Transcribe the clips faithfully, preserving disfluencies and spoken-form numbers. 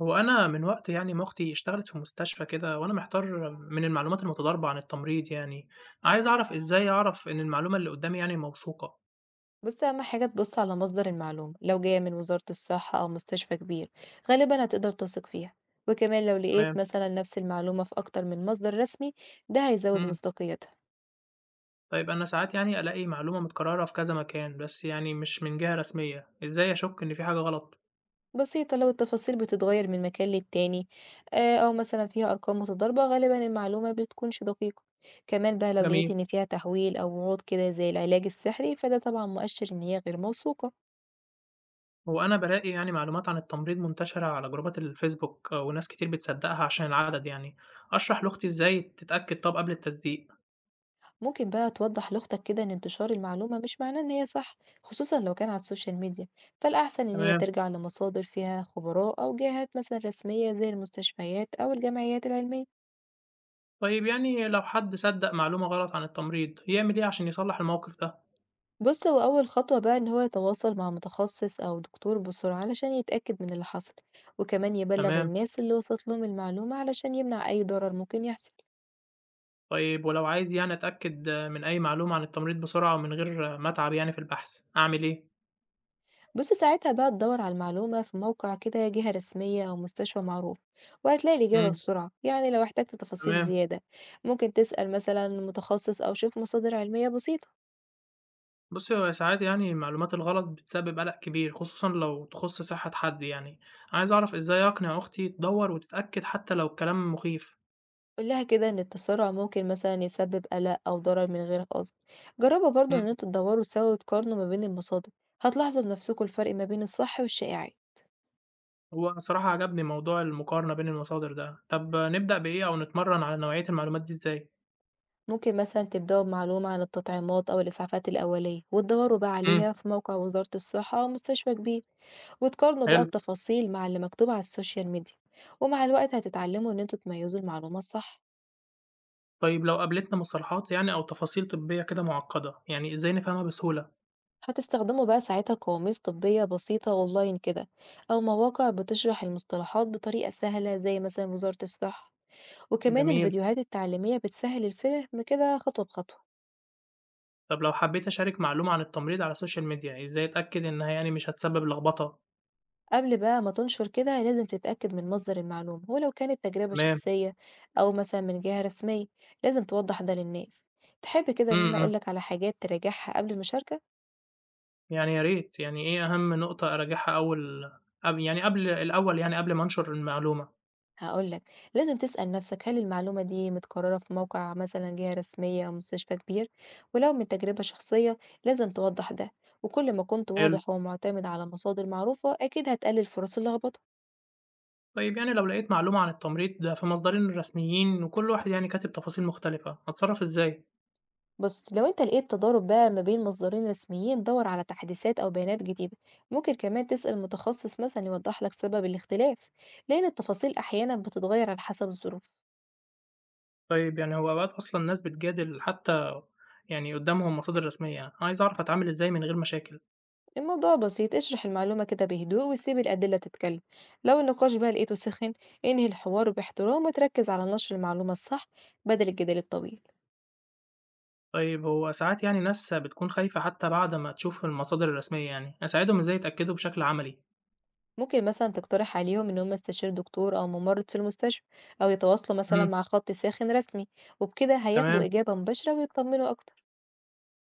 هو أنا من وقت يعني ما أختي اشتغلت في مستشفى كده، وأنا محتار من المعلومات المتضاربة عن التمريض يعني، عايز أعرف إزاي أعرف إن المعلومة اللي قدامي يعني موثوقة. بص أهم حاجة تبص على مصدر المعلومة، لو جاية من وزارة الصحة أو مستشفى كبير غالبا هتقدر تثق فيها. وكمان لو لقيت تمام. مثلا نفس المعلومة في أكتر من مصدر رسمي ده هيزود إمم، مصداقيتها. طيب أنا ساعات يعني ألاقي معلومة متكررة في كذا مكان، بس يعني مش من جهة رسمية، إزاي أشك إن في حاجة غلط؟ بسيطة، لو التفاصيل بتتغير من مكان للتاني، آه، أو مثلا فيها أرقام متضاربة غالبا المعلومة بتكونش دقيقة. كمان بقى لو لقيت جميل. إن فيها تحويل أو وعود كده زي العلاج السحري فده طبعا مؤشر إن هي غير موثوقة. هو أنا بالاقي يعني معلومات عن التمريض منتشرة على جروبات الفيسبوك، آه، وناس كتير بتصدقها عشان العدد يعني، أشرح لأختي إزاي تتأكد طب قبل التصديق؟ ممكن بقى توضح لأختك كده إن انتشار المعلومة مش معناه إن هي صح، خصوصا لو كان على السوشيال ميديا. فالأحسن إن هي تمام. ترجع لمصادر فيها خبراء أو جهات مثلا رسمية زي المستشفيات أو الجمعيات العلمية. طيب يعني لو حد صدّق معلومة غلط عن التمريض، يعمل إيه عشان يصلّح الموقف ده؟ بص هو أول خطوة بقى إن هو يتواصل مع متخصص أو دكتور بسرعة علشان يتأكد من اللي حصل، وكمان يبلغ تمام. الناس اللي وصلت لهم المعلومة علشان يمنع أي ضرر ممكن يحصل. طيب ولو عايز يعني أتأكد من أي معلومة عن التمريض بسرعة ومن غير ما أتعب يعني في البحث، أعمل إيه؟ بص ساعتها بقى تدور على المعلومة في موقع كده جهة رسمية أو مستشفى معروف، وهتلاقي الإجابة إمم، بسرعة. يعني لو احتجت تفاصيل تمام. زيادة ممكن تسأل مثلا متخصص أو شوف مصادر علمية بسيطة. بُصّي، هو ساعات يعني المعلومات الغلط بتسبب قلق كبير، خصوصًا لو تخُص صحة حد يعني. عايز أعرف إزاي أقنع أختي تدوّر وتتأكد حتى لو الكلام مخيف؟ قولها كده إن التسرع ممكن مثلا يسبب قلق أو ضرر من غير قصد. جربوا برضو إمم، إن انتوا تدوروا سوا وتقارنوا ما بين المصادر، هتلاحظوا بنفسكوا الفرق ما بين الصح والشائعات. هو الصراحة عجبني موضوع المقارنة بين المصادر ده. طب نبدأ بإيه أو نتمرّن على نوعية المعلومات دي إزاي؟ ممكن مثلًا تبدأوا بمعلومة عن التطعيمات أو الإسعافات الأولية، وتدوروا بقى إمم، عليها في موقع وزارة الصحة أو مستشفى كبير، وتقارنوا بقى حلو. التفاصيل مع اللي مكتوب على السوشيال ميديا، ومع الوقت هتتعلموا إن انتوا تميزوا المعلومة الصح. طيب لو قابلتنا مصطلحات يعني أو تفاصيل طبية كده معقدة، يعني إزاي نفهمها بسهولة؟ هتستخدموا بقى ساعتها قواميس طبية بسيطة أونلاين كده، أو مواقع بتشرح المصطلحات بطريقة سهلة زي مثلًا وزارة الصحة، وكمان جميل. الفيديوهات التعليمية بتسهل الفهم كده خطوة بخطوة. طب لو حبيت أشارك معلومة عن التمريض على السوشيال ميديا، إزاي أتأكد إنها يعني مش هتسبب لخبطة؟ قبل بقى ما تنشر كده لازم تتأكد من مصدر المعلومة، ولو كانت تجربة تمام. شخصية أو مثلا من جهة رسمية لازم توضح ده للناس. تحب كده إن إمم، أنا إمم، أقولك على حاجات تراجعها قبل المشاركة؟ يعني يا ريت، يعني إيه أهم نقطة أراجعها أول قب يعني قبل الأول يعني قبل ما أنشر المعلومة؟ هقولك لازم تسأل نفسك، هل المعلومة دي متكررة في موقع مثلا جهة رسمية أو مستشفى كبير؟ ولو من تجربة شخصية لازم توضح ده. وكل ما كنت حلو. واضح ومعتمد على مصادر معروفة أكيد هتقلل فرص اللخبطة. طيب يعني لو لقيت معلومة عن التمريض ده في مصدرين رسميين وكل واحد يعني كاتب تفاصيل مختلفة، أتصرف إزاي؟ بص لو انت لقيت تضارب بقى ما بين مصدرين رسميين دور على تحديثات او بيانات جديدة. ممكن كمان تسأل متخصص مثلا يوضح لك سبب الاختلاف، لان التفاصيل احيانا بتتغير على حسب الظروف. طيب يعني هو أوقات أصلًا ناس بتجادل حتى يعني قدّامهم مصادر رسمية، أنا عايز أعرف أتعامل إزاي من غير مشاكل. الموضوع بسيط، اشرح المعلومة كده بهدوء وسيب الأدلة تتكلم. لو النقاش بقى لقيته سخن انهي الحوار باحترام وتركز على نشر المعلومة الصح بدل الجدال الطويل. طيب هو ساعات يعني ناس بتكون خايفة حتى بعد ما تشوف المصادر الرسمية يعني، أساعدهم إزاي يتأكدوا بشكل عملي؟ ممكن مثلا تقترح عليهم ان هم يستشيروا دكتور او ممرض في المستشفى، او يتواصلوا مثلا إمم. مع خط ساخن رسمي، وبكده هياخدوا تمام. إجابة مباشرة ويطمنوا اكتر.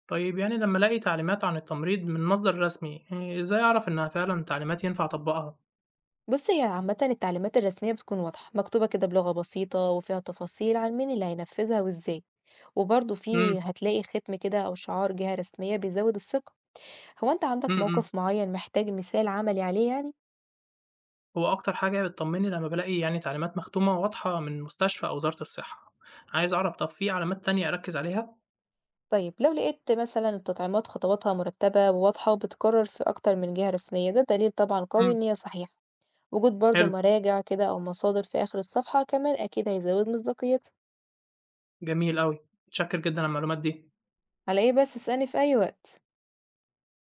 طيب يعني لمّا ألاقي تعليمات عن التمريض من مصدر رسمي، آآ إزاي أعرف إنها فعلًا تعليمات ينفع أطبّقها؟ بُص هي عامةً التعليمات الرسمية بتكون واضحة، مكتوبة كده بلغة بسيطة وفيها تفاصيل عن مين اللي هينفذها وإزاي، وبرضه إمم، في هتلاقي ختم كده أو شعار جهة رسمية بيزود الثقة. هو أنت عندك إمم. إمم، موقف معين محتاج مثال عملي عليه يعني؟ هو أكتر حاجة بتطمّني لمّا بالاقي يعني تعليمات مختومة واضحة من مستشفى أو وزارة الصحة، عايز أعرف طَب في علامات تانية أركّز عليها؟ طيب لو لقيت مثلًا التطعيمات خطواتها مرتبة وواضحة وبتتكرر في أكتر من جهة رسمية ده دليل طبعًا قوي إمم، إن هي صحيحة، وجود برضه حلو. مراجع كده أو مصادر في آخر الصفحة كمان أكيد هيزود مصداقيتها. جميل أوي. متشكر جدًا على المعلومات دي. على إيه بس، اسألني في أي وقت.